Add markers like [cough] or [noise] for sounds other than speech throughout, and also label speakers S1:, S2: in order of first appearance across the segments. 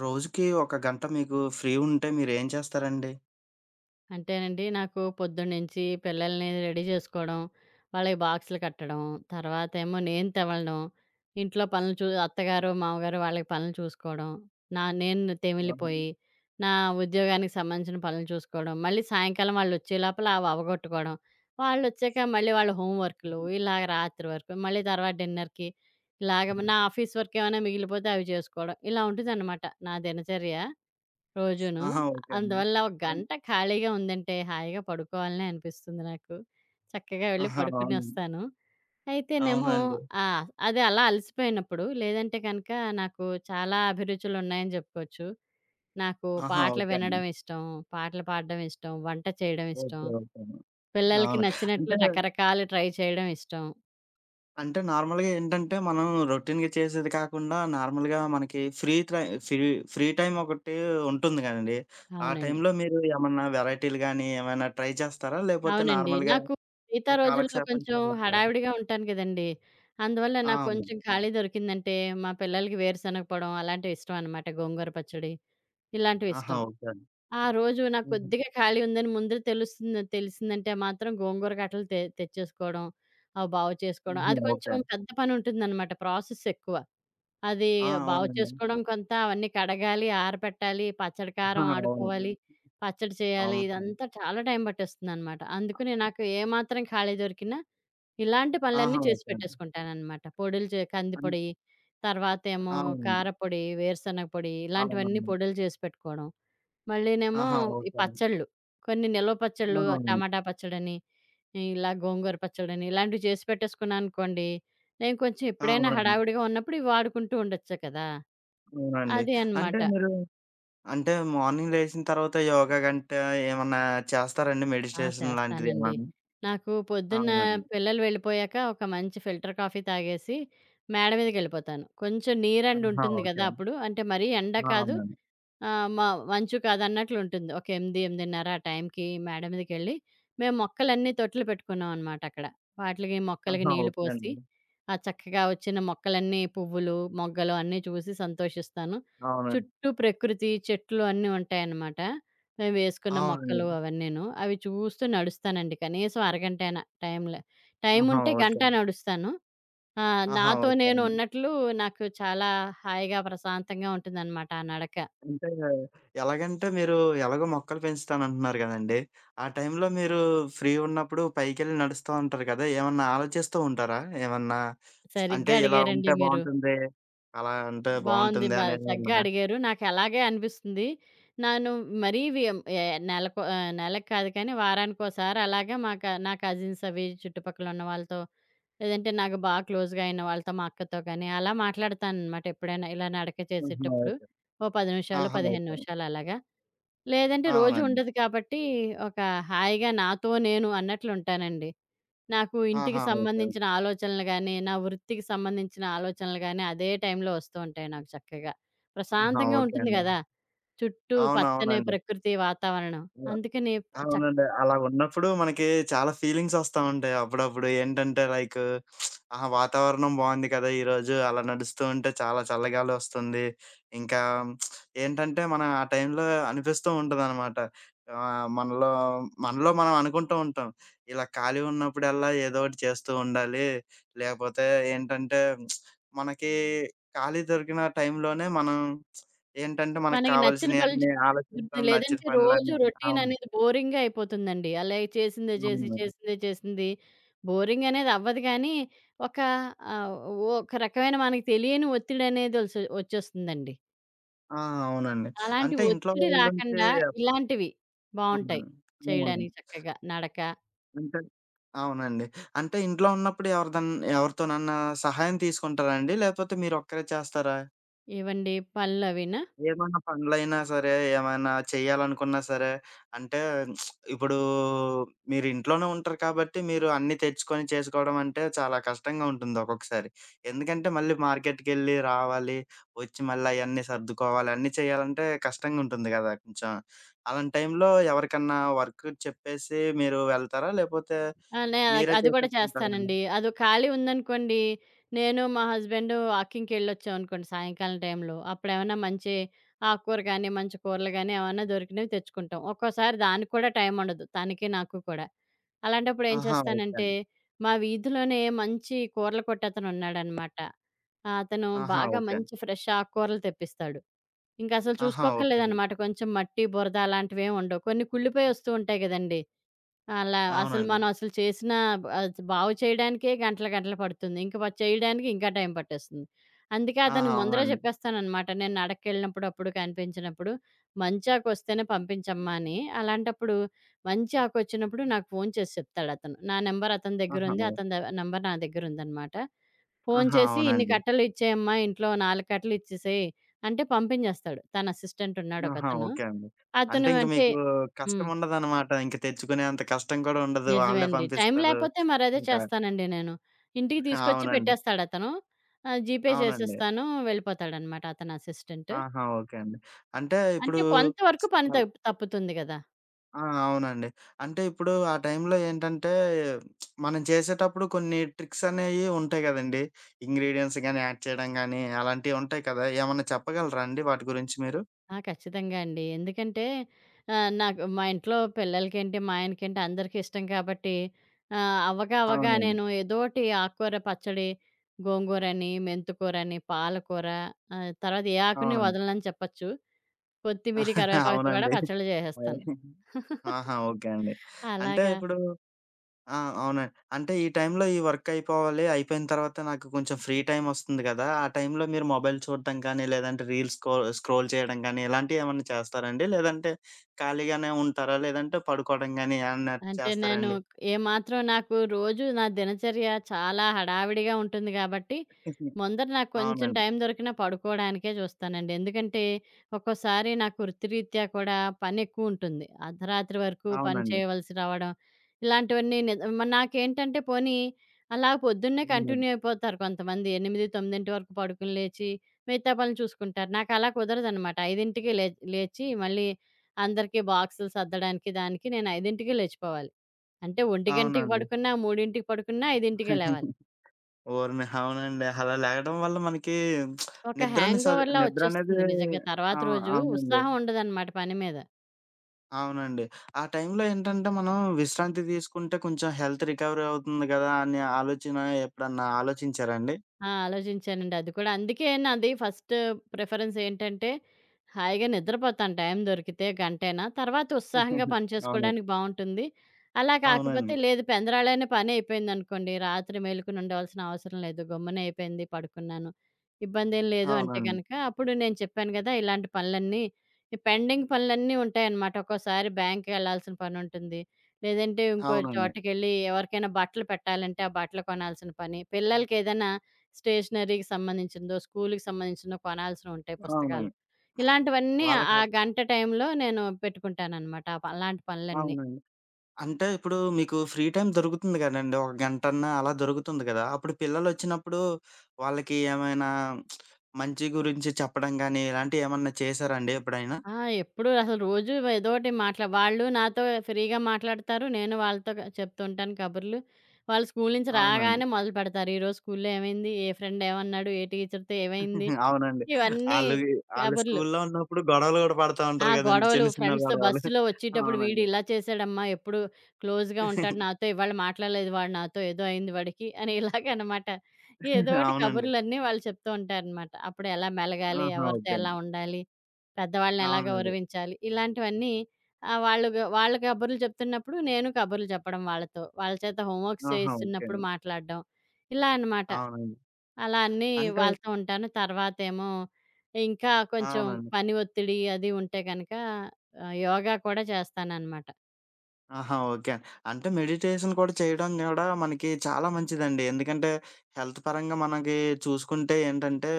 S1: రోజుకి ఒక గంట మీకు ఫ్రీ ఉంటే మీరేం చేస్తారండి?
S2: అంటేనండి నాకు పొద్దున్నుంచి పిల్లల్ని రెడీ చేసుకోవడం, వాళ్ళకి బాక్సులు కట్టడం, తర్వాతేమో నేను తెవలడం, ఇంట్లో పనులు అత్తగారు, మామగారు వాళ్ళకి పనులు చూసుకోవడం, నేను
S1: ఆహా!
S2: తెమిలిపోయి, నా ఉద్యోగానికి సంబంధించిన పనులు చూసుకోవడం, మళ్ళీ సాయంకాలం వాళ్ళొచ్చే లోపల అవి అవగొట్టుకోవడం, వాళ్ళొచ్చాక మళ్ళీ వాళ్ళ హోమ్ వర్కులు, ఇలాగ రాత్రి వరకు, మళ్ళీ తర్వాత డిన్నర్‌కి, ఇలాగ నా ఆఫీస్ వర్క్ ఏమైనా మిగిలిపోతే అవి చేసుకోవడం, ఇలా ఉంటుందన్నమాట నా దినచర్య. రోజును.
S1: ఆహా! ఓకే అండి.
S2: అందువల్ల ఒక
S1: హ్మ్.
S2: గంట ఖాళీగా ఉందంటే హాయిగా పడుకోవాలనే అనిపిస్తుంది నాకు. చక్కగా వెళ్లి
S1: ఆహా! అవును.
S2: పడుకునొస్తాను. అయితేనేమో
S1: అవునండి.
S2: అది అలా అలసిపోయినప్పుడు లేదంటే కనుక నాకు చాలా అభిరుచులున్నాయని చెప్పుకోవచ్చు. నాకు
S1: ఆహా!
S2: పాటలు
S1: ఓకే అండి.
S2: వినడం ఇష్టం, పాటలు పాడడం ఇష్టం, వంట చేయడం ఇష్టం,
S1: ఓకే. ఓకే అండి.
S2: పిల్లలకి
S1: అవును.
S2: నచ్చినట్లు
S1: అంటే,
S2: రకరకాలు ట్రై చేయడం ఇష్టం.
S1: అంటే నార్మల్‌గా ఏంటంటే, మనం రొటీన్‌గా చేసేది కాకుండా నార్మల్‌గా మనకి free try free free time ఒకటి ఉంటుంది కదండీ! ఆ
S2: అవునండి.
S1: టైంలో మీరు ఏమన్నా వెరైటీలు గాని, ఏమైనా ట్రై చేస్తారా? లేపోతే
S2: అవునండి.
S1: నార్మల్‌గా
S2: నాకు మిగతా రోజుల్లో
S1: కాలక్షేపం
S2: కొంచెం
S1: చేసేస్తారా?
S2: హడావిడిగా ఉంటాను కదండీ! అందువల్ల
S1: ఆ!
S2: నాకు
S1: అవును.
S2: కొంచెం ఖాళీ దొరికిందంటే, మా పిల్లలకి వేరుశనగ పొడం అలాంటివి ఇష్టం అనమాట. గోంగూర పచ్చడి ఇలాంటివి
S1: ఆహా!
S2: ఇష్టం.
S1: ఓకే అండి.
S2: ఆ! రోజు నాకు
S1: హుహు.
S2: కొద్దిగా ఖాళీ ఉందని ముందర తెలుస్తుంది తెలిసిందంటే మాత్రం గోంగూర కట్టలు తెచ్చేసుకోవడం, అవి బాగు చేసుకోవడం.
S1: హుహు.
S2: అది కొంచెం
S1: ఓకే.
S2: పెద్ద పని ఉంటుందనమాట. ప్రాసెస్ ఎక్కువ. అది
S1: ఆ!
S2: బాగు
S1: అవునండి.
S2: చేసుకోవడం కొంత, అవన్నీ కడగాలి, ఆరబెట్టాలి, పచ్చడి
S1: ఆ!
S2: కారం
S1: అవును.
S2: ఆడుకోవాలి, పచ్చడి చేయాలి.
S1: అవును.
S2: ఇదంతా చాలా టైం పట్టేస్తుందనమాట. అందుకని నాకు ఏమాత్రం ఖాళీ దొరికినా ఇలాంటి పనులన్నీ
S1: ఆహా!
S2: చేసి
S1: ఓకే అండి.
S2: పెట్టేసుకుంటాననమాట. పొడులు చే
S1: అన్
S2: కందిపొడి, తర్వాతేమో
S1: అవునండి.
S2: కారపొడి, వేరుశనగ పొడి ఇలాంటివన్నీ
S1: అవునవును.
S2: పొడులు చేసి పెట్టుకోవడం. మళ్ళీనేమో
S1: ఆహా!
S2: ఈ
S1: ఓకే అండి.
S2: పచ్చళ్ళు, కొన్ని నిల్వ
S1: ఆ!
S2: పచ్చళ్ళు
S1: అవును.
S2: టమాటా పచ్చడని, ఇలా గోంగూర పచ్చడని ఇలాంటివి చేసి పెట్టేసుకున్నాననుకోండి, నేను కొంచెం
S1: ఆ!
S2: ఎప్పుడైనా
S1: అవునండి.
S2: హడావిడిగా ఉన్నప్పుడు ఇవి వాడుకుంటూ ఉండొచ్చు కదా!
S1: అవునండి.
S2: అది
S1: అంటే
S2: అనమాట.
S1: మీరు అంటే మార్నింగ్ లేచిన తర్వాత యోగా గంట ఏమన్నా చేస్తారండి?
S2: ఆ!
S1: మెడిటేషన్ లాంటిది
S2: చేస్తానండి.
S1: ఏమన్నా?
S2: నాకు పొద్దున్న
S1: అవునండి.
S2: పిల్లలు వెళ్ళిపోయాక ఒక మంచి ఫిల్టర్ కాఫీ తాగేసి మేడ మీదకెళ్ళిపోతాను. కొంచెం
S1: ఆహా!
S2: నీరండుంటుంది
S1: ఓకే
S2: గదా!
S1: అండి.
S2: అప్పుడు. అంటే మరీ ఎండ
S1: ఆ!
S2: కాదు.
S1: అవునండి.
S2: ఆ! మ మంచు కాదన్నట్లుంటుంది. ఒక 8, 8:30 ఆ టైంకి మేడ మీదకెళ్ళి, మేము మొక్కలన్నీ తొట్లులో పెట్టుకున్నామనమాట అక్కడ. వాటిలకి, మొక్కలకి
S1: ఆహా!
S2: నీళ్లు
S1: ఓకే
S2: పోసి,
S1: అండి.
S2: ఆ చక్కగా వచ్చిన మొక్కలన్నీ పువ్వులు, మొగ్గలు అన్నీ చూసి సంతోషిస్తాను.
S1: అవునండి.
S2: చుట్టూ ప్రకృతి, చెట్లు అన్నీ ఉంటాయనమాట. మేము వేసుకున్న
S1: అవునండి.
S2: మొక్కలు అవన్నీను. అవి చూస్తూ నడుస్తానండి. కనీసం అరగంటైనా
S1: ఆహా!
S2: టైముంటే
S1: ఓకే
S2: గంట
S1: అండి.
S2: నడుస్తాను. ఆ!
S1: ఆహా!
S2: నాతో
S1: ఓకే
S2: నేను
S1: అండి.
S2: ఉన్నట్లు నాకు చాలా హాయిగా, ప్రశాంతంగా ఉంటుందనమాట ఆ నడక.
S1: అంటే ఎలాగంటే మీరు ఎలాగో మొక్కలు పెంచుతానంటున్నారు గదండీ! ఆ టైంలో మీరు ఫ్రీ ఉన్నప్పుడు పైకెళ్ళి నడుస్తా ఉంటారు కదా! ఏమన్నా ఆలోచిస్తూ ఉంటారా? ఏమన్నా అంటే
S2: సరిగ్గా
S1: ఇలా
S2: అడిగారండి
S1: ఉంటే
S2: మీరు.
S1: బావుంటుంది. అలా ఉంటే
S2: బావుంది.
S1: బావుంటుంది
S2: చక్కగా
S1: అనేదేమన్నా?
S2: అడిగారు. నాకలాగే అనిపిస్తుంది. నాను మరీ వి ఎ నెలకు నెలకు కాదు కానీ వారానికోసారి అలాగా మా క నా కజిన్స్ అవి చుట్టుపక్కల ఉన్న వాళ్ళతో, లేదంటే నాకు బాగా క్లోజ్‌గా అయిన వాళ్ళతో, మా అక్కతో కానీ అలా మాట్లాడతాననమాట ఎప్పుడైనా ఇలా నడక
S1: ఆహా!
S2: చేసేటప్పుడు.
S1: ఓకే.
S2: ఓ 10 నిమిషాలు,
S1: ఆహా!
S2: 15
S1: ఓకే.
S2: నిమిషాలు అలాగా. లేదంటే రోజు
S1: అవునండి.
S2: ఉండదు కాబట్టి ఒక హాయిగా నాతో నేను అన్నట్లుంటానండి. నాకు ఇంటికి
S1: ఆహా! ఓకే.
S2: సంబంధించిన ఆలోచనలు గానీ, నా వృత్తికి సంబంధించిన ఆలోచనలు గానీ, అదే టైంలో వస్తూ ఉంటాయి నాకు చక్కగా.
S1: ఆహా!
S2: ప్రశాంతంగా
S1: ఓకే
S2: ఉంటుంది
S1: అండి.
S2: గదా! చుట్టూ పచ్చని
S1: అవునవునండి.
S2: ప్రకృతి వాతావరణం. అందుకని చక్
S1: అవునండి. అలా ఉన్నప్పుడు మనకి చాలా ఫీలింగ్సొస్తా ఉంటాయి అప్పుడప్పుడు. ఏంటంటే లైక్ ఆహా! వాతావరణం బావుంది కదా! ఈరోజు అలా నడుస్తూ ఉంటే చాలా చల్లగాలొస్తుంది. ఇంకా ఏంటంటే మనం ఆ టైంలో అనిపిస్తూ ఉంటదనమాట. మనలో మనలో మనం అనుకుంటూ ఉంటాం. ఇలా ఖాళీ ఉన్నప్పుడల్లా ఏదో ఒకటి చేస్తూ ఉండాలి. లేపోతే ఏంటంటే మనకి ఖాళీ దొరికిన టైంలోనే మనం ఏంటంటే మనకు
S2: మనకి నచ్చిన పనులు
S1: కావాల్సినయన్నీ ఆలోచిస్తాం.
S2: చే
S1: నచ్చిన
S2: లేదంటే రోజు
S1: పనులన్నీ.
S2: రొటీన్
S1: అవును.
S2: అనేది బోరింగ్‌గా అయిపోతుందండి. అలాగే చేసిందే చేసి,
S1: అవును.
S2: చేసిందే చేసింది బోరింగ్ అనేది అవ్వదు గానీ, ఒక ఆహ్, ఒక రకమైన మనకు తెలియని ఒత్తిడనేదొల్స్ వచ్చేస్తుందండి.
S1: ఆ! అవునండి.
S2: అలాంటి
S1: అంటే ఇంట్లో
S2: ఒత్తిడి
S1: వాళ్ళ నుంచే
S2: రాకండా ఇలాంటివి బావుంటాయి.
S1: అవునండి. అవును.
S2: చేయడానికి చక్కగా నడక,
S1: అంటే అవునండి. అంటే ఇంట్లో ఉన్నప్పుడు ఎవరితోనన్నా సహాయం తీసుకుంటారా అండి? లేపోతే మీరొక్కరే చేస్తారా?
S2: ఏవండీ పనులవినా?
S1: ఏమన్నా పనులైనా సరే, ఏమైనా చేయాలనుకున్నా సరే, అంటే ఇప్పుడు మీరు ఇంట్లోనే ఉంటారు కాబట్టి, మీరు అన్నీ తెచ్చుకొని చేసుకోవడం అంటే చాలా కష్టంగా ఉంటుంది ఒక్కొక్కసారి. ఎందుకంటే మళ్ళీ మార్కెట్‌కెళ్ళి రావాలి, వచ్చి మళ్ళీ అయన్నీ సర్దుకోవాలి, అన్నీ చేయాలంటే కష్టంగా ఉంటుంది గదా! కొంచెం. అలాంటి టైంలో ఎవరికన్నా వర్క్ చెప్పేసి మీరు వెళ్తారా? లేపోతే
S2: ఆ! నే
S1: మీరే
S2: అది కూడా
S1: చేసేసుకుంటారండి?
S2: చేస్తానండి. అదో ఖాళీ ఉందనుకోండి, నేను మా హస్బెండు వాకింగ్‌కెళ్ళొచ్చామనుకోండి సాయంకాలం టైంలో, అప్పుడేమన్నా మంచి ఆకుకూర గానీ, మంచి కూరలు గానీ ఏమన్నా దొరికినవి తెచ్చుకుంటాం. ఒక్కోసారి దానికి కూడా టైముండదు తనకి, నాకు కూడా. అలాంటప్పుడు ఏం
S1: ఆహా! ఓకే
S2: చేస్తానంటే,
S1: అండి.
S2: మా వీధిలోనే మంచి కూరల కొట్టతనున్నాడనమాట. అతను
S1: ఆహా!
S2: బాగా
S1: ఓకే అండి.
S2: మంచి ఫ్రెష్ ఆకుకూరలు తెప్పిస్తాడు. ఇంకసలు
S1: ఆహా! ఓకే అండి.
S2: చూసుకోక్కర్లేదనమాట. కొంచెం మట్టి, బురద అలాంటివేం ఉండవు. కొన్ని కుళ్ళిపోయి ఒస్తూ ఉంటాయి గదండీ! అలా అసలు
S1: అవునండి.
S2: మనం అసలు చేసిన బాగు చేయడానికే గంటలు, గంటలు పడుతుంది. ఇంక వ చేయడానికి ఇంకా టైం పట్టేస్తుంది. అందుకే
S1: ఆహా!
S2: అతనికి ముందరే
S1: అవునండి.
S2: జెప్పేస్తాననమాట. నేను నడక్కెళ్ళినప్పుడు అప్పుడు కనిపించినప్పుడు, మంచాకొస్తేనే పంపించమ్మా అని. అలాంటప్పుడు మంచి ఆకొచ్చినప్పుడు నాకు ఫోను చేసి చెప్తాడతను. నా నంబర్ అతని
S1: ఆహా!
S2: దగ్గరుంది.
S1: ఓకే.
S2: అతని ద నంబర్ నా దగ్గరుందనమాట. ఫోను
S1: ఆహా!
S2: చేసి, "ఇన్ని
S1: అవునండి.
S2: కట్టలు ఇచ్చేయమ్మా, ఇంట్లో 4 కట్టలు ఇచ్చేసేయి" అంటే పంపించేస్తాడు. తన అసిస్టెంట్ ఉన్నాడు
S1: ఆహా!
S2: ఒకతను.
S1: ఓకే అండి.
S2: అతను
S1: అంటే
S2: అతను
S1: ఇంక
S2: అంటే
S1: మీకు
S2: హ్మ్.
S1: కష్టముండదనమాట. ఇంక తెచ్చుకునే అంత కష్టం కూడా ఉండదు. వాళ్ళే
S2: నిజమేండి. టైం
S1: పంపిస్తారు.
S2: లేపోతే మరదే
S1: ఇంకా
S2: చేస్తానండి నేను. ఇంటికి తీసుకొచ్చి
S1: అవునండి.
S2: పెట్టేస్తాడతను. జీపే
S1: అవునండి.
S2: చేసేస్తాను వెళ్ళిపోతాడనమాట అతను అసిస్టెంట్.
S1: ఆహా! ఓకే అండి. అంటే ఇప్పుడు
S2: అంటే కొంతవరకు పని
S1: అల్
S2: తప్పుతుంది గదా!
S1: ఆ! అవునండి. అంటే ఇప్పుడు ఆ టైంలో ఏంటంటే, మనం చేసేటప్పుడు కొన్ని ట్రిక్స్ అనేయి ఉంటాయి గదండీ. ఇంగ్రీడియెంట్స్ గాని, యాడ్ చేయడం గాని అలాంటియి ఉంటాయి కదా! ఏమన్నా చెప్పగలరా అండి వాటి గురించి మీరు?
S2: ఆ! ఖచ్చితంగా అండి. ఎందుకంటే నాకు మా ఇంట్లో పిల్లలకేంటి, మా ఆయనకేంటి అందరికీ ఇష్టం కాబట్టి అవ్వగా అవ్వగా
S1: అవునండి.
S2: నేను ఏదోటి ఆకుకూర పచ్చడి, గోంగూరని, మెంతికూరని, పాలకూర తర్వాత ఏ ఆకుని
S1: అవునండి.
S2: వదలనని చెప్పొచ్చు. కొత్తిమీర, కరివేపాకుతో కూడా
S1: అవునండి.
S2: పచ్చళ్ళు
S1: మరి
S2: చేసేస్తాను. [laughs]
S1: ఆహా! ఓకే అండి. అంటే
S2: అలాగా.
S1: ఇప్పుడు ఆ! అవునండి. అంటే ఈ టైంలో ఈ వర్క్ అయిపోవాలి. అయిపోయిన తర్వాత నాకు కొంచెం ఫ్రీ టైమ్ వస్తుంది కదా! ఆ టైంలో మీరు మొబైల్ చూడటం కానీ, లేదంటే రీల్స్ స్క్రోల్ చేయడం గానీ, ఇలాంటివి ఏమన్నా చేస్తారండి? లేదంటే ఖాళీగానే ఉంటారా? లేదంటే పడుకోవడం గానీ ఏమన్నా
S2: అంటే నేను
S1: చేస్తారండి?
S2: ఏమాత్రం నాకు రోజు నా దినచర్య చాలా హడావిడిగా ఉంటుంది కాబట్టి, ముందర నాకు కొంచెం
S1: అవునండి.
S2: టైం దొరికినా పడుకోవడానికే చూస్తానండి. ఎందుకంటే, ఒక్కోసారి నాకు వృత్తిరీత్యా కూడా పని ఎక్కువుంటుంది. అర్ధరాత్రి వరకు పని
S1: అవునండి.
S2: చేయవలసి రావడం, ఇలాంటివన్నీ ని మ నాకేంటంటే పోనీ అలా పొద్దున్నే
S1: అవునండి.
S2: కంటిన్యూ అయిపోతారు కొంతమంది. 8, 9 వరకు పడుకొని లేచి మిగతా పనులు చూసుకుంటారు. నాకలా కుదరదనమాట. 5కి లే లేచి మళ్ళీ అందరికీ బాక్సులు సర్దడానికి దానికి నేను 5కి లేచిపోవాలి. అంటే 1కి
S1: అవునండి.
S2: పడుకున్నా, 3కి పడుకున్నా 5కే లేవాలి.
S1: ఓరిని! అవునండి. అలా లెగడం వల్ల మనకి
S2: ఒక హ్యాంగోవర్‌లా
S1: నిద్ర అనేది
S2: వచ్చేస్తుంది నిజంగా.
S1: ఆ!
S2: తర్వాత రోజు
S1: అవునండి.
S2: ఉత్సాహం ఉండదనమాట పని మీద.
S1: అవునండి. ఆ టైంలో ఏంటంటే మనం విశ్రాంతి తీసుకుంటే కొంచెం హెల్త్ రికవరీ అవుతుంది గదా! అనే ఆలోచన ఎప్పుడన్నా ఆలోచించారా అండి?
S2: ఆ! ఆలోచించానండి. అది కూడా అందుకే నాది ఫస్ట్ ప్రిఫరెన్స్ ఏంటంటే, హాయిగా నిద్రపోతాను టైం దొరికితే గంటైనా. తర్వాత ఉత్సాహంగా పని
S1: అవును.
S2: చేసుకోవడానికి బావుంటుంది. అలా కాకపోతే
S1: అవునండి.
S2: లేదు పెందరాళైన పని అయిపోయిందనుకోండి, రాత్రి మేలుకొని ఉండవలసిన అవసరం లేదు. గమ్మున అయిపోయింది పడుకున్నాను. ఇబ్బందేం లేదు అంటే
S1: అవునండి.
S2: గనక, అప్పుడు నేను చెప్పాను గదా! ఇలాంటి పనులన్నీ ఈ పెండింగ్ పనులన్నీ ఉంటాయన్నమాట. ఒక్కోసారి బ్యాంక్‌కెళ్ళాల్సిన పనుంటుంది. లేదంటే ఇంకో
S1: అవునండి. అవునండి.
S2: చోటకెళ్ళి ఎవరికైనా బట్టలు పెట్టాలంటే, ఆ బట్టలు కొనాల్సిన పని. పిల్లలకేదైనా స్టేషనరీకి సంబంధించిందో, స్కూలుకి సంబంధించినో కొనాల్సినుంటాయి పుస్తకాలు.
S1: అవునండి.
S2: ఇలాంటివన్నీ ఆ
S1: వాళ్ళకల్
S2: గంట టైంలో నేను పెట్టుకుంటాననమాట. ఆ ప అలాంటి పనులన్నీ.
S1: అవునండి. అంటే ఇప్పుడు మీకు ఫ్రీ టైమ్ దొరుకుతుంది కదండీ! ఒక గంటన్నా అలా దొరుకుతుంది కదా! అప్పుడు పిల్లలొచ్చినప్పుడు వాళ్ళకి ఏమైనా మంచి గురించి చెప్పడం గాని, ఇలాంటియేమన్నా చేశారా అండి ఎప్పుడైనా?
S2: ఆ! ఎప్పుడూ అసలు రోజు ఏదోటి వాళ్ళు నాతో ఫ్రీగా మాట్లాడతారు. నేను వాళ్ళతో చెప్తుంటాను కబుర్లు. వాళ్ళు స్కూలు నుంచి
S1: అవునండి.
S2: రాగానే మొదలుపెడతారు. ఈరోజు స్కూలులో ఏమైంది? ఏ ఫ్రెండ్ ఏమన్నాడు? ఏ టీచర్‌తో ఏమైంది?
S1: [laughs] అవునండి.
S2: ఇవన్నీ
S1: ఆళ్ళు వి ఆళ్ళు
S2: కబుర్లు.
S1: స్కూల్లో ఉన్నప్పుడు గొడవలు గూడా పడతా
S2: ఆ!
S1: ఉంటారు గదండీ!
S2: గొడవలు
S1: చిన్న చిన్న
S2: ఫ్రెండ్స్‌తో
S1: గొడవలు.
S2: బస్సులో వచ్చేటప్పుడు వీడు
S1: అవునండి.
S2: ఇలా చేశాడమ్మా! ఎప్పుడు క్లోజ్‌గా
S1: [laughs]
S2: ఉంటాడు నాతో. ఇవాళ మాట్లాడలేదు వాడు నాతో. ఏదో అయింది వాడికి అని [laughs] ఇలాగనమాట. ఏదో ఒకటి
S1: అవునండి.
S2: కబుర్లన్నీ వాళ్ళు చెప్తూ ఉంటారనమాట. అప్పుడు ఎలా మెలగాలి?
S1: ఆహా!
S2: ఎవరితో
S1: ఓకే
S2: ఎలా
S1: అండి.
S2: ఉండాలి? పెద్దవాళ్ళని ఎలా
S1: అవునండి.
S2: గౌరవించాలి? ఇలాంటివన్నీ వాళ్ళు కబుర్లు చెప్తున్నప్పుడు నేను కబుర్లు చెప్పడం వాళ్ళతో. వాళ్ళ చేత హోంవర్క్స్
S1: ఆహా! ఓకే
S2: చేయిస్తున్నప్పుడు
S1: అండి.
S2: మాట్లాడడం ఇలా అనమాట.
S1: అవునండి.
S2: అలా అన్నీ
S1: అంటే
S2: వాళ్ళతో ఉంటాను. తర్వాతేమో ఇంకా కొంచెం
S1: అవునండి.
S2: పని ఒత్తిడి అది ఉంటే గనక యోగా కూడా చేస్తాననమాట.
S1: ఆహా! ఓకే. అంటే మెడిటేషన్ కూడా చేయడం గూడా మనకి చాలా మంచిదండి. ఎందుకంటే హెల్త్ పరంగా మనకి చూసుకుంటే ఏంటంటే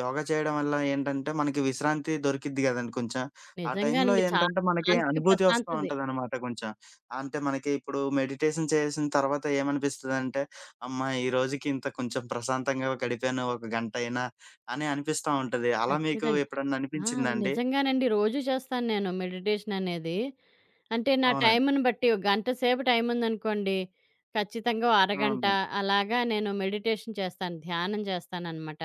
S1: యోగా చేయడం వల్ల ఏంటంటే మనకి విశ్రాంతి దొరికిద్ది గదండీ కొంచెం. ఆ టైంలో
S2: నిజంగానండి చాలా
S1: ఏంటంటే మనకి
S2: మానసిక
S1: అనుభూతి వస్తా
S2: ప్రశాంతది.
S1: ఉంటదనమాట కొంచెం. అంటే మనకి ఇప్పుడు మెడిటేషన్ చేసిన తర్వాత ఏమనిపిస్తదంటే అమ్మా! ఈ రోజుకి ఇంత కొంచెం ప్రశాంతంగా గడిపాను ఒక గంటయినా అని అనిపిస్తా ఉంటది. అలా మీకు
S2: ఖచ్చితంగా.
S1: ఎప్పుడన్నా
S2: ఆ!
S1: అనిపించిందా అండి?
S2: నిజంగానండి. రోజూ చేస్తాను నేను మెడిటేషన్ అనేది. అంటే నా
S1: అవునండి.
S2: టైముని బట్టి ఒక గంట సేపు టైం ఉందనుకోండి. ఖచ్చితంగా ఓ అరగంట
S1: అవును.
S2: అలాగా నేను మెడిటేషన్ చేస్తాను. ధ్యానం చేస్తాననమాట.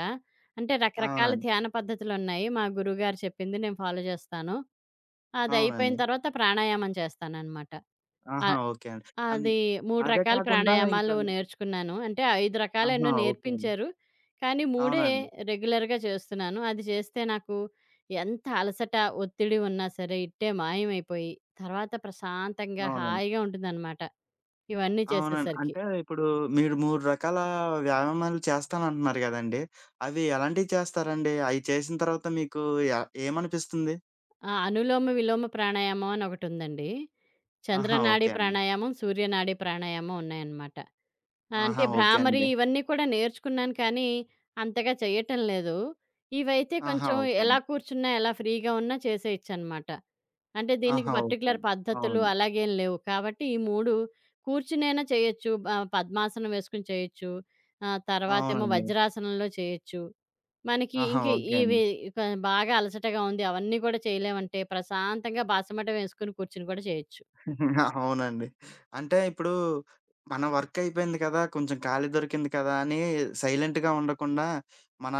S2: అంటే రకరకాల
S1: అవునండి.
S2: ధ్యాన పద్ధతులున్నాయి. మా గురువుగారు చెప్పింది నేను ఫాలో చేస్తాను. అదయిపోయిన
S1: అవునండి.
S2: తర్వాత ప్రాణాయామం చేస్తాననమాట. ఆ
S1: ఆహా! ఓకే అండి. అన్
S2: అది 3
S1: అదే
S2: రకాల
S1: కాకుండా
S2: ప్రాణాయామాలు
S1: ఇంకా
S2: నేర్చుకున్నాను. అంటే 5 రకాలేన్నో
S1: ఆహా! ఓకే అండి.
S2: నేర్పించారు. కానీ 3
S1: అవునండి.
S2: రెగ్యులర్‌గా చేస్తున్నాను. అది చేస్తే నాకు ఎంత అలసట, ఒత్తిడి ఉన్నా సరే ఇట్టే మాయమైపోయి, తర్వాత ప్రశాంతంగా
S1: అవునండి.
S2: హాయిగా ఉంటుందనమాట. ఇవన్నీ
S1: అవునండి.
S2: చేసేసరికి.
S1: అంటే ఇప్పుడు మీరు 3 రకాల వ్యాయామాలు చేస్తానంటున్నారు గదండీ! అవి ఎలాంటివి చేస్తారండి? అయి చేసిన తర్వాత మీకు ఎ ఏమనిపిస్తుంది?
S2: ఆ! అనులోమ, విలోమ ప్రాణాయామం అని ఒకటుందండి.
S1: ఆహా!
S2: చంద్రనాడి
S1: ఓకే అండి.
S2: ప్రాణాయామం, సూర్యనాడి ప్రాణాయామం ఉన్నాయన్నమాట. ఆ!
S1: ఆహా!
S2: అంటే
S1: ఓకే
S2: భ్రామరి
S1: అండి.
S2: ఇవన్నీ కూడా నేర్చుకున్నాను కానీ, అంతగా చేయటం లేదు. ఇవైతే
S1: ఆహా!
S2: కొంచెం
S1: ఓకే
S2: ఎలా
S1: అండి.
S2: కూర్చున్నా, ఎలా ఫ్రీగా ఉన్నా చేసేయొచ్చనమాట. అంటే దీనికి
S1: ఆహా! ఓకే
S2: పర్టిక్యులర్
S1: అండి.
S2: పద్ధతులు
S1: అవును.
S2: అలాగేం లేవు. కాబట్టి ఈ 3 కూర్చునైనా చేయొచ్చు. పద్మాసనం వేసుకొని చేయొచ్చు. తర్వాతేమో
S1: అవునండి.
S2: వజ్రాసనంలో చేయొచ్చు. మనకి
S1: ఆహా!
S2: ఇంక
S1: ఓకే అండి.
S2: ఇవి క బాగా అలసటగా ఉంది అవన్నీ కూడా చేయలేమంటే, ప్రశాంతంగా బాసమటం వేసుకొని కూర్చుని కూడా చేయొచ్చు.
S1: అవునండి. అంటే ఇప్పుడు మన వర్క్ అయిపోయింది కదా! కొంచెం ఖాళీ దొరికింది కదా! అని సైలెంట్‌గా ఉండకుండా, మన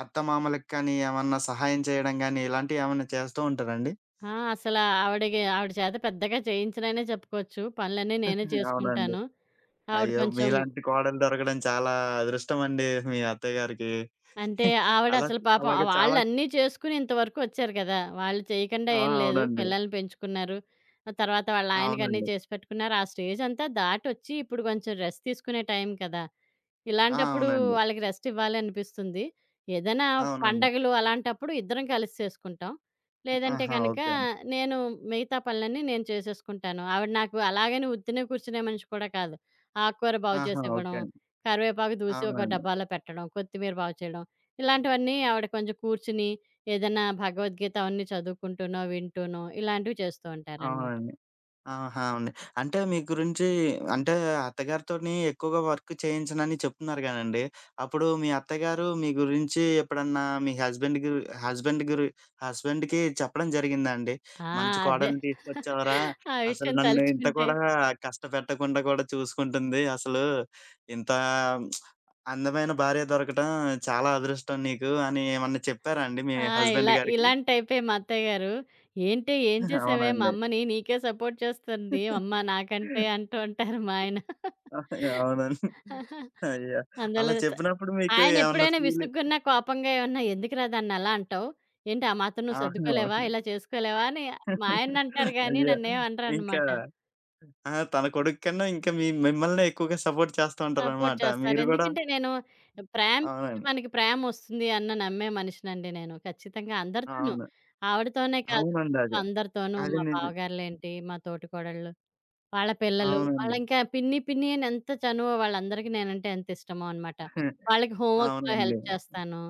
S1: అత్తమామలకి కానీ, ఏమన్నా సహాయం చేయడం గానీ, ఇలాంటివి ఏమన్నా చేస్తూ ఉంటారండి?
S2: ఆ! అసలా ఆవిడకి ఆవిడ చేత పెద్దగా చేయించననే చెప్పుకోవచ్చు. పనులన్నీ నేనే
S1: అవునండి.
S2: చేసుకుంటాను. ఆవిడ
S1: అయ్యో!
S2: కొంచెం
S1: మీలాంటి కోడలు దొరకడం చాలా అదృష్టం అండి మీ అత్తయ్య గారికి.
S2: అంటే
S1: [laughs]
S2: ఆవిడ
S1: అలా
S2: అసలు పాపం
S1: అలాగే చాలా
S2: వాళ్ళన్నీ చేసుకొని ఇంతవరకు వచ్చారు కదా! వాళ్ళు చేయకుండా
S1: ఆ!
S2: ఏం లేదు.
S1: అవునండి.
S2: పిల్లల్ని పెంచుకున్నారు. ఆ తర్వాత వాళ్ళ ఆయనకి అన్నీ
S1: అవునండి.
S2: చేసి పెట్టుకున్నారు. ఆ స్టేజ్ అంతా దాటొచ్చి ఇప్పుడు కొంచెం రెస్ట్ తీసుకునే టైం కదా!
S1: ఆ!
S2: ఇలాంటప్పుడు
S1: అవునండి.
S2: వాళ్ళకి రెస్ట్ ఇవ్వాలనిపిస్తుంది. ఏదైనా
S1: అవునండి.
S2: పండగలు అలాంటప్పుడు ఇద్దరం కలిసి చేసుకుంటాం. లేదంటే
S1: ఆహా!
S2: గనక
S1: ఓకే అండి.
S2: నేను మిగతా పనులన్నీ నేను చేసేసుకుంటాను. ఆవిడ నాకు అలాగని ఉత్తినే కూర్చునే మనిషి కూడా కాదు. ఆకుకూర బాగు
S1: ఆహా! ఓకే
S2: చేసివ్వడం,
S1: అండి.
S2: కరివేపాకు దూసి ఒక
S1: అవునండి.
S2: డబ్బాలో పెట్టడం, కొత్తిమీర బాగు చేయడం ఇలాంటివన్నీ ఆవిడ కొంచెం కూర్చుని ఏదైనా భగవద్గీత అవన్నీ చదువుకుంటూనో, వింటూనో ఇలాంటివి చేస్తూ ఉంటారనమాట.
S1: అవునండి. ఆహా! అవును. అంటే మీ గురించి అంటే అత్తగారితోని ఎక్కువగా వర్క్ చేయించనని చెప్తున్నారు గానండి. అప్పుడు మీ అత్తగారు మీ గురించి ఎప్పుడన్నా మీ హస్బెండ్‌కి చెప్పడం జరిగిందా అండి?
S2: ఆ!
S1: మంచి
S2: అదే.
S1: కోడలిని
S2: [laughs]
S1: తీసుకొచ్చావురా!
S2: ఆ
S1: అసలు
S2: విషయం
S1: నన్ను ఇంత
S2: తలుచుకుంటే
S1: కూడా కష్టపెట్టకుండా కూడా చూసుకుంటుంది. అసలు ఇంత అందమైన భార్య దొరకటం చాలా అదృష్టం నీకు అని ఏమన్నా చెప్పారా అండి మీ
S2: ఆ!
S1: హస్బెండ్
S2: ఇలా
S1: గారికి?
S2: ఇలాంటి టైపే మా అత్తయ్య గారు. "ఏంటి ఏం
S1: [laughs]
S2: చేసావే మా
S1: అవునండి.
S2: అమ్మని? నీకే సపోర్ట్ చేస్తుంది అమ్మ నాకంటే" అంటూ ఉంటారు మా ఆయన.
S1: అవునండి. అయ్యో! అలా
S2: అందులో స
S1: చెప్పినప్పుడు మీకు
S2: ఆయన
S1: ఏమన్నా
S2: ఎప్పుడైనా
S1: ఫీలింగ్
S2: విసుగ్గున్నా, కోపంగా ఏమన్నా "ఎందుకురా దాన్ని అలా అంటావు? ఏంటి ఆ మాత్రం నువ్వు
S1: అవును.
S2: సర్దుకోలేవా?
S1: అవును.
S2: ఇలా చేసుకోలేవా?" అని మా ఆయన్ని అంటారు గానీ
S1: అయ్యో!
S2: నన్నేం
S1: ఇంకా
S2: అనరనమాట.
S1: ఆ! తన కొడుకు కన్నా ఇంకా మిమ్మల్నే ఎక్కువగా సపోర్ట్ చేస్తా
S2: సపోర్ట్
S1: ఉంటారనమాట.
S2: చేస్తారు.
S1: మీరు గూడా
S2: ఎందుకంటే నేను ప్రేమిస్తే
S1: అవునండి.
S2: మనకి ప్రేమొస్తుంది అన్న నమ్మే మనిషినండి నేను. ఖచ్చితంగా అందరితోనూ.
S1: అవును.
S2: ఆవిడతోనే కాదు
S1: అవునండి.
S2: ఇంట్లో
S1: అదే.
S2: అందరితోనూ
S1: అది
S2: మా
S1: నిజం.
S2: బావగారులేంటి, మా తోటికోడళ్ళు, వాళ్ళ పిల్లలు,
S1: అవునండి.
S2: వాళ్ళింకా పిన్ని అని ఎంత చనువో వాళ్ళందరికీ నేనంటే ఎంత ఇష్టమో అనమాట. వాళ్ళకి హోంవర్క్స్‌లో
S1: అవునండి.
S2: హెల్ప్ చేస్తాను.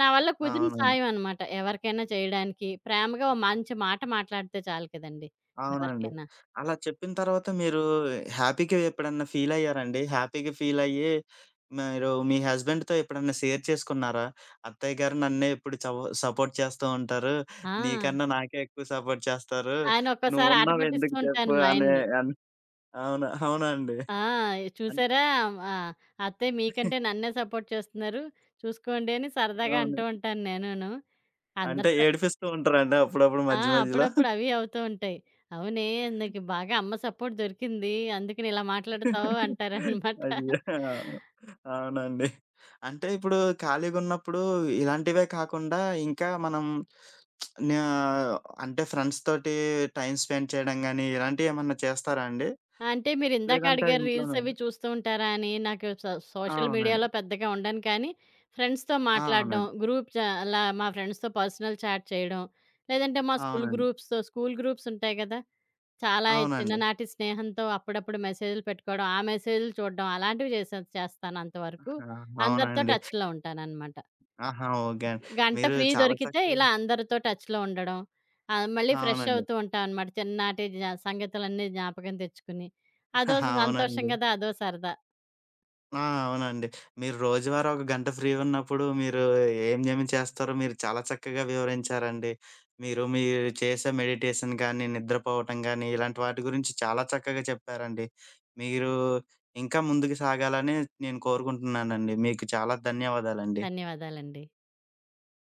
S2: నా వల్ల కుదిరిన
S1: అవునండి.
S2: సాయం అనమాట. ఎవరికైనా చేయడానికి ప్రేమగా ఓ మంచి మాట మాట్లాడితే చాలు కదండీ!
S1: అవునండి.
S2: ఎవరికైనా.
S1: అలా చెప్పిన తర్వాత మీరు హ్యాపీ‌గా ఎప్పుడన్నా ఫీలయ్యారండి? హ్యాపీ‌గా ఫీలయ్యి మీరు మీ హస్బెండ్‌తో ఎప్పుడన్నా షేర్ చేసుకున్నారా? "అత్తయ్య గారు నన్నే ఎప్పుడు సపోర్ట్ చేస్తూ ఉంటారు.
S2: ఆ!
S1: నీకన్నా నాకే ఎక్కువ సపోర్ట్ చేస్తారు.
S2: ఆయన ఒక్కోసారి ఆట
S1: నువ్వున్నావు
S2: పట్టిస్తూ
S1: ఎందుకు
S2: ఉంటాను
S1: చెప్పు"
S2: మా
S1: అనే
S2: ఆయన్ని.
S1: అని అవును. అవునండి.
S2: ఆ!
S1: అన్
S2: చూసారా ఆహ్, అత్తయ్య మీకంటే నన్నే సపోర్ట్ చేస్తున్నారు. చూసుకోండి అని సరదాగా
S1: అవును.
S2: అంటూ ఉంటాను నేనును.
S1: అంటే
S2: అందరితో
S1: ఏడిపిస్తూ ఉంటారండి అప్పుడప్పుడు
S2: ఆ!
S1: మధ్య మధ్యలో?
S2: అప్పుడప్పుడు అవి అవుతూ ఉంటాయి. అవునే నీకు బాగా అమ్మ సపోర్ట్ దొరికింది. అందుకని ఇలా మాట్లాడతావు అంటారనమాట.
S1: అయ్యో! అవునండి. అంటే ఇప్పుడు ఖాళీగున్నప్పుడు ఇలాంటివే కాకుండా ఇంకా మనం న్యా అంటే ఫ్రెండ్స్ తోటి టైమ్ స్పెండ్ చేయడం గాని, ఇలాంటియేమన్నా చేస్తారా అండి?
S2: అంటే మీరు ఇందాక
S1: లేదంటే
S2: అడిగారు రీల్స్ అవి
S1: ఇంట్లోనేనా?
S2: చూస్తూ ఉంటారా అని. నాకు
S1: ఆ!
S2: సోషల్
S1: అవునండి.
S2: మీడియాలో పెద్దగా ఉండను కానీ ఫ్రెండ్స్‌తో
S1: ఆ!
S2: మాట్లాడడం,
S1: అవునండి.
S2: గ్రూప్ చ అలా మా ఫ్రెండ్స్‌తో పర్సనల్ చాట్ చేయడం, లేదంటే మా స్కూల్
S1: అవునండి.
S2: గ్రూప్స్‌తో స్కూల్ గ్రూప్స్ ఉంటాయి కదా! చాలా
S1: అవునండి.
S2: చిన్ననాటి స్నేహంతో అప్పుడప్పుడు మెసేజ్‌లు పెట్టుకోవడం, ఆ మెసేజ్‌లు చూడడం అలాంటివి చేస్తాను అంతవరకు.
S1: ఆ!
S2: అందరితో
S1: అవునండి.
S2: టచ్‌లో ఉంటాననమాట.
S1: ఆహా! ఓకే అండి.
S2: గంట
S1: మీరు
S2: ఫ్రీ
S1: చాలా
S2: దొరికితే
S1: చక్కగా
S2: ఇలా అందరితో టచ్‌లో ఉండడం. మళ్ళీ ఫ్రెష్
S1: అవునండి.
S2: అవుతూ ఉంటాం అనమాట. చిన్ననాటి సంగతులన్నీ జ్ఞాపకం తెచ్చుకుని. అదో సంతోషం
S1: అవునండి.
S2: కదా! అదో సరదా.
S1: ఆ! అవునండి. మీరు రోజువారీ ఒక గంట ఫ్రీ ఉన్నప్పుడు మీరు ఏమేమి చేస్తారో మీరు చాలా చక్కగా వివరించారండి. మీరు మీరు చేసే మెడిటేషన్ గానీ, నిద్రపోవటం గానీ, ఇలాంటి వాటి గురించి చాలా చక్కగా చెప్పారండి. మీరు ఇంకా ముందుకు సాగాలని నేను కోరుకుంటున్నానండి. మీకు చాలా ధన్యవాదాలండి.
S2: ధన్యవాదాలండి.